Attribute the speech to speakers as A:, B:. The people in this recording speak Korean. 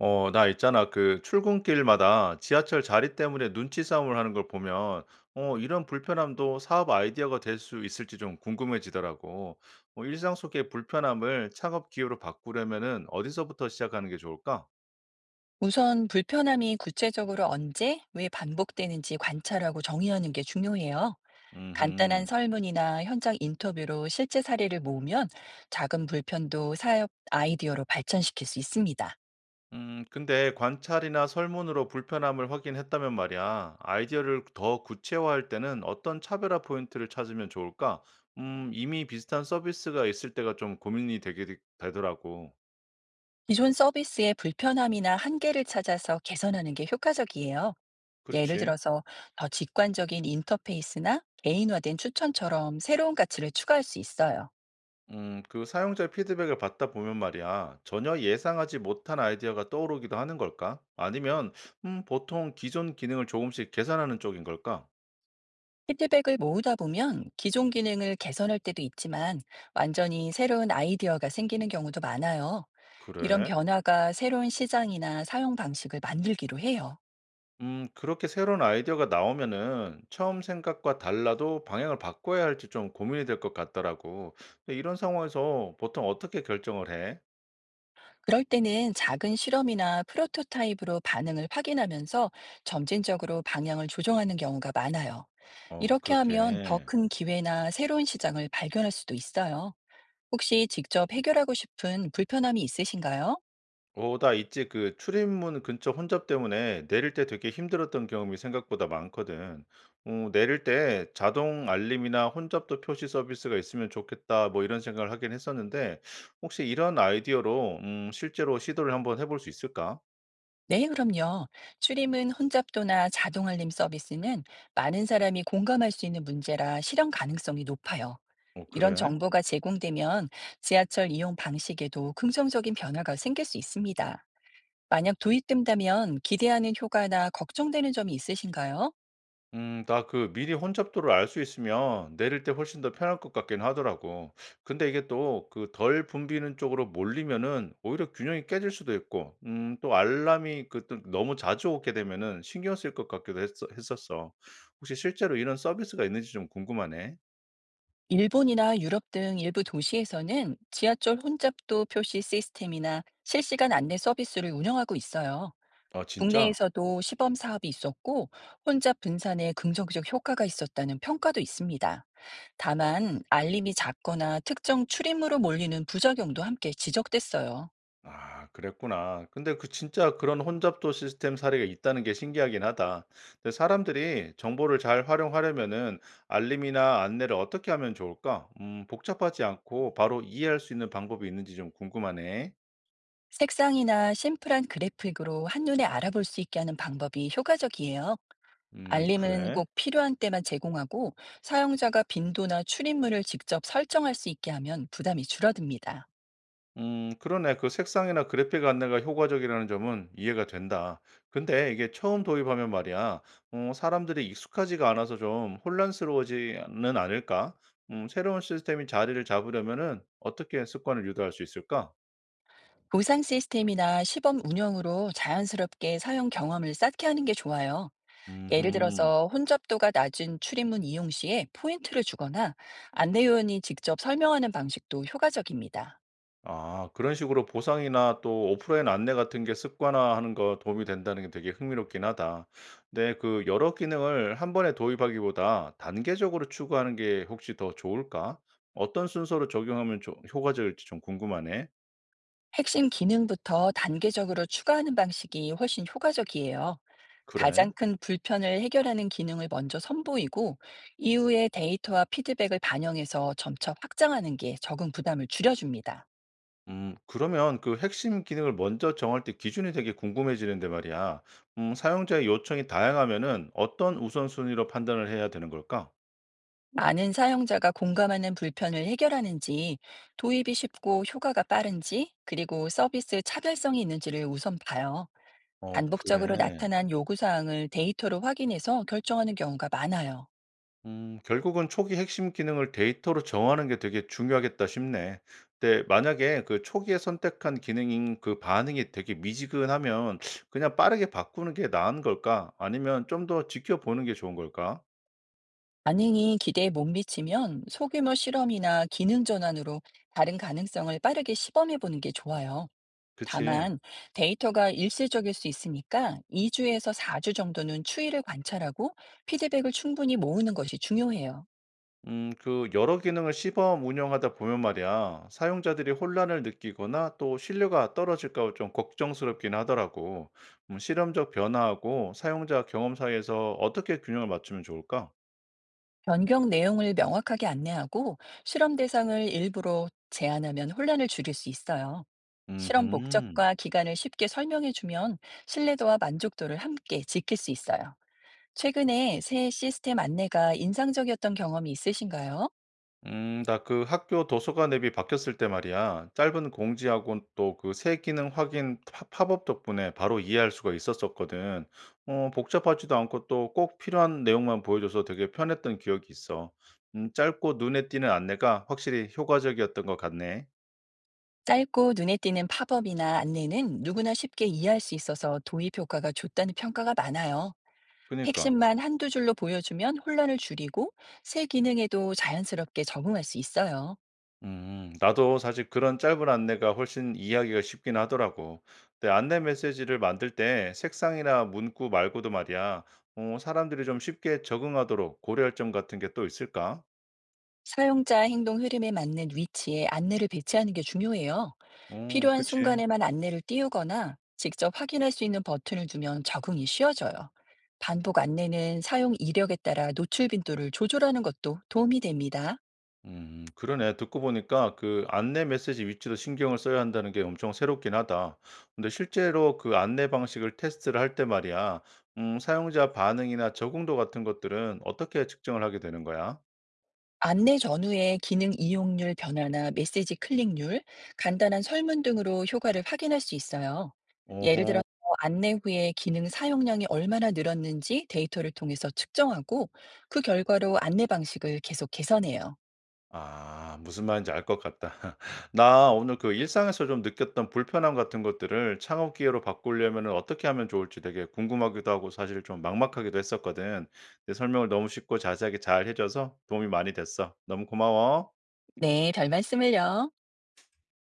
A: 나 있잖아. 그 출근길마다 지하철 자리 때문에 눈치 싸움을 하는 걸 보면, 이런 불편함도 사업 아이디어가 될 수 있을지 좀 궁금해지더라고. 일상 속의 불편함을 창업 기회로 바꾸려면은 어디서부터 시작하는 게 좋을까?
B: 우선 불편함이 구체적으로 언제, 왜 반복되는지 관찰하고 정의하는 게 중요해요. 간단한
A: 음,
B: 설문이나 현장 인터뷰로 실제 사례를 모으면 작은 불편도 사업 아이디어로 발전시킬 수 있습니다.
A: 근데 관찰이나 설문으로 불편함을 확인했다면 말이야. 아이디어를 더 구체화할 때는 어떤 차별화 포인트를 찾으면 좋을까? 이미 비슷한 서비스가 있을 때가 좀 고민이 되더라고.
B: 기존 서비스의 불편함이나 한계를 찾아서 개선하는 게 효과적이에요. 예를
A: 그렇지.
B: 들어서 더 직관적인 인터페이스나 개인화된 추천처럼 새로운 가치를 추가할 수 있어요.
A: 그 사용자 피드백을 받다 보면 말이야, 전혀 예상하지 못한 아이디어가 떠오르기도 하는 걸까? 아니면, 보통 기존 기능을 조금씩 개선하는 쪽인 걸까?
B: 피드백을 모으다 보면 기존 기능을 개선할 때도 있지만 완전히 새로운 아이디어가 생기는 경우도 많아요. 이런
A: 그래?
B: 변화가 새로운 시장이나 사용 방식을 만들기로 해요.
A: 그렇게 새로운 아이디어가 나오면은 처음 생각과 달라도 방향을 바꿔야 할지 좀 고민이 될 것 같더라고. 근데 이런 상황에서 보통 어떻게 결정을 해?
B: 그럴 때는 작은 실험이나 프로토타입으로 반응을 확인하면서 점진적으로 방향을 조정하는 경우가 많아요.
A: 어,
B: 이렇게 하면 더
A: 그렇게.
B: 큰 기회나 새로운 시장을 발견할 수도 있어요. 혹시 직접 해결하고 싶은 불편함이 있으신가요?
A: 어 나 있지. 그 출입문 근처 혼잡 때문에 내릴 때 되게 힘들었던 경험이 생각보다 많거든. 어 내릴 때 '자동 알림이나 혼잡도 표시 서비스가 있으면 좋겠다.' 뭐 이런 생각을 하긴 했었는데 혹시 이런 아이디어로 실제로 시도를 한번 해볼 수 있을까?
B: 네, 그럼요. 추림은 혼잡도나 자동 알림 서비스는 많은 사람이 공감할 수 있는 문제라 실현 가능성이 높아요.
A: 어
B: 이런
A: 그래?
B: 정보가 제공되면 지하철 이용 방식에도 긍정적인 변화가 생길 수 있습니다. 만약 도입된다면 기대하는 효과나 걱정되는 점이 있으신가요?
A: 나 그 미리 혼잡도를 알 수 있으면 내릴 때 훨씬 더 편할 것 같긴 하더라고. 근데 이게 또 그 덜 붐비는 쪽으로 몰리면은 오히려 균형이 깨질 수도 있고, 또 알람이 그 또 너무 자주 오게 되면은 신경 쓸 것 했었어. 혹시 실제로 이런 서비스가 있는지 좀 궁금하네.
B: 일본이나 유럽 등 일부 도시에서는 지하철 혼잡도 표시 시스템이나 실시간 안내 서비스를 운영하고 있어요.
A: 아, 진짜?
B: 국내에서도 시범 사업이 있었고 혼잡 분산에 긍정적 효과가 있었다는 평가도 있습니다. 다만 알림이 작거나 특정 출입물로 몰리는 부작용도 함께 지적됐어요.
A: 아 그랬구나. 근데 그 진짜 그런 혼잡도 시스템 사례가 있다는 게 신기하긴 하다. 근데 사람들이 정보를 잘 활용하려면은 알림이나 안내를 어떻게 하면 좋을까? 복잡하지 않고 바로 이해할 수 있는 방법이 있는지 좀 궁금하네.
B: 색상이나 심플한 그래픽으로 한눈에 알아볼 수 있게 하는 방법이 효과적이에요. 알림은
A: 그래.
B: 꼭 필요한 때만 제공하고 사용자가 빈도나 출입물을 직접 설정할 수 있게 하면 부담이 줄어듭니다.
A: 그러네. 그 색상이나 그래픽 안내가 효과적이라는 점은 이해가 된다. 근데 이게 처음 도입하면 말이야, 사람들이 익숙하지가 않아서 좀 혼란스러워지는 않을까? 새로운 시스템이 자리를 잡으려면은 어떻게 습관을 유도할 수 있을까?
B: 보상 시스템이나 시범 운영으로 자연스럽게 사용 경험을 쌓게 하는 게 좋아요. 예를
A: 음
B: 들어서 혼잡도가 낮은 출입문 이용 시에 포인트를 주거나 안내 요원이 직접 설명하는 방식도 효과적입니다.
A: 아 그런 식으로 보상이나 또 오프라인 안내 같은 게 습관화하는 거 도움이 된다는 게 되게 흥미롭긴 하다. 근데 그 여러 기능을 한 번에 도입하기보다 단계적으로 추구하는 게 혹시 더 좋을까? 어떤 순서로 적용하면 조 효과적일지 좀 궁금하네.
B: 핵심 기능부터 단계적으로 추가하는 방식이 훨씬 효과적이에요.
A: 그래?
B: 가장 큰 불편을 해결하는 기능을 먼저 선보이고 이후에 데이터와 피드백을 반영해서 점차 확장하는 게 적응 부담을 줄여줍니다.
A: 그러면 그 핵심 기능을 먼저 정할 때 기준이 되게 궁금해지는데 말이야. 사용자의 요청이 다양하면은 어떤 우선순위로 판단을 해야 되는 걸까?
B: 많은 사용자가 공감하는 불편을 해결하는지 도입이 쉽고 효과가 빠른지, 그리고 서비스 차별성이 있는지를 우선 봐요.
A: 어
B: 반복적으로
A: 그래.
B: 나타난 요구사항을 데이터로 확인해서 결정하는 경우가 많아요.
A: 결국은 초기 핵심 기능을 데이터로 정하는 게 되게 중요하겠다 싶네. 근데 만약에 그 초기에 선택한 기능인 그 반응이 되게 미지근하면 그냥 빠르게 바꾸는 게 나은 걸까? 아니면 좀 더 지켜보는 게 좋은 걸까?
B: 반응이 기대에 못 미치면 소규모 실험이나 기능 전환으로 다른 가능성을 빠르게 시범해 보는 게 좋아요.
A: 그치.
B: 다만 데이터가 일시적일 수 있으니까 2주에서 4주 정도는 추이를 관찰하고 피드백을 충분히 모으는 것이 중요해요.
A: 그 여러 기능을 시범 운영하다 보면 말이야. 사용자들이 혼란을 느끼거나 또 신뢰가 떨어질까 좀 걱정스럽긴 하더라고. 실험적 변화하고 사용자 경험 사이에서 어떻게 균형을 맞추면 좋을까?
B: 변경 내용을 명확하게 안내하고 실험 대상을 일부러 제한하면 혼란을 줄일 수 있어요. 실험
A: 음흠.
B: 목적과 기간을 쉽게 설명해 주면 신뢰도와 만족도를 함께 지킬 수 있어요. 최근에 새 시스템 안내가 인상적이었던 경험이 있으신가요?
A: 나 그 학교 도서관 앱이 바뀌었을 때 말이야. 짧은 공지하고 또 그 새 기능 확인 팝업 덕분에 바로 이해할 수가 있었었거든. 복잡하지도 않고 또 꼭 필요한 내용만 보여줘서 되게 편했던 기억이 있어. 짧고 눈에 띄는 안내가 확실히 효과적이었던 것 같네.
B: 짧고 눈에 띄는 팝업이나 안내는 누구나 쉽게 이해할 수 있어서 도입 효과가 좋다는 평가가 많아요.
A: 그니까.
B: 핵심만 한두 줄로 보여주면 혼란을 줄이고 새 기능에도 자연스럽게 적응할 수 있어요.
A: 나도 사실 그런 짧은 안내가 훨씬 이해하기가 쉽긴 하더라고. 근데 안내 메시지를 만들 때 색상이나 문구 말고도 말이야, 사람들이 좀 쉽게 적응하도록 고려할 점 같은 게 또 있을까?
B: 사용자 행동 흐름에 맞는 위치에 안내를 배치하는 게 중요해요.
A: 어,
B: 필요한
A: 그치.
B: 순간에만 안내를 띄우거나 직접 확인할 수 있는 버튼을 두면 적응이 쉬워져요. 반복 안내는 사용 이력에 따라 노출 빈도를 조절하는 것도 도움이 됩니다.
A: 그러네. 듣고 보니까 그 안내 메시지 위치도 신경을 써야 한다는 게 엄청 새롭긴 하다. 근데 실제로 그 안내 방식을 테스트를 할 때 말이야, 사용자 반응이나 적응도 같은 것들은 어떻게 측정을 하게 되는 거야?
B: 안내 전후의 기능 이용률 변화나 메시지 클릭률, 간단한 설문 등으로 효과를 확인할 수 있어요. 예를 들어
A: 오호.
B: 안내 후에 기능 사용량이 얼마나 늘었는지 데이터를 통해서 측정하고 그 결과로 안내 방식을 계속 개선해요.
A: 아 무슨 말인지 알 것 같다. 나 오늘 그 일상에서 좀 느꼈던 불편함 같은 것들을 창업 기회로 바꾸려면은 어떻게 하면 좋을지 되게 궁금하기도 하고 사실 좀 막막하기도 했었거든. 내 설명을 너무 쉽고 자세하게 잘 해 줘서 도움이 많이 됐어. 너무 고마워.
B: 네, 별 말씀을요.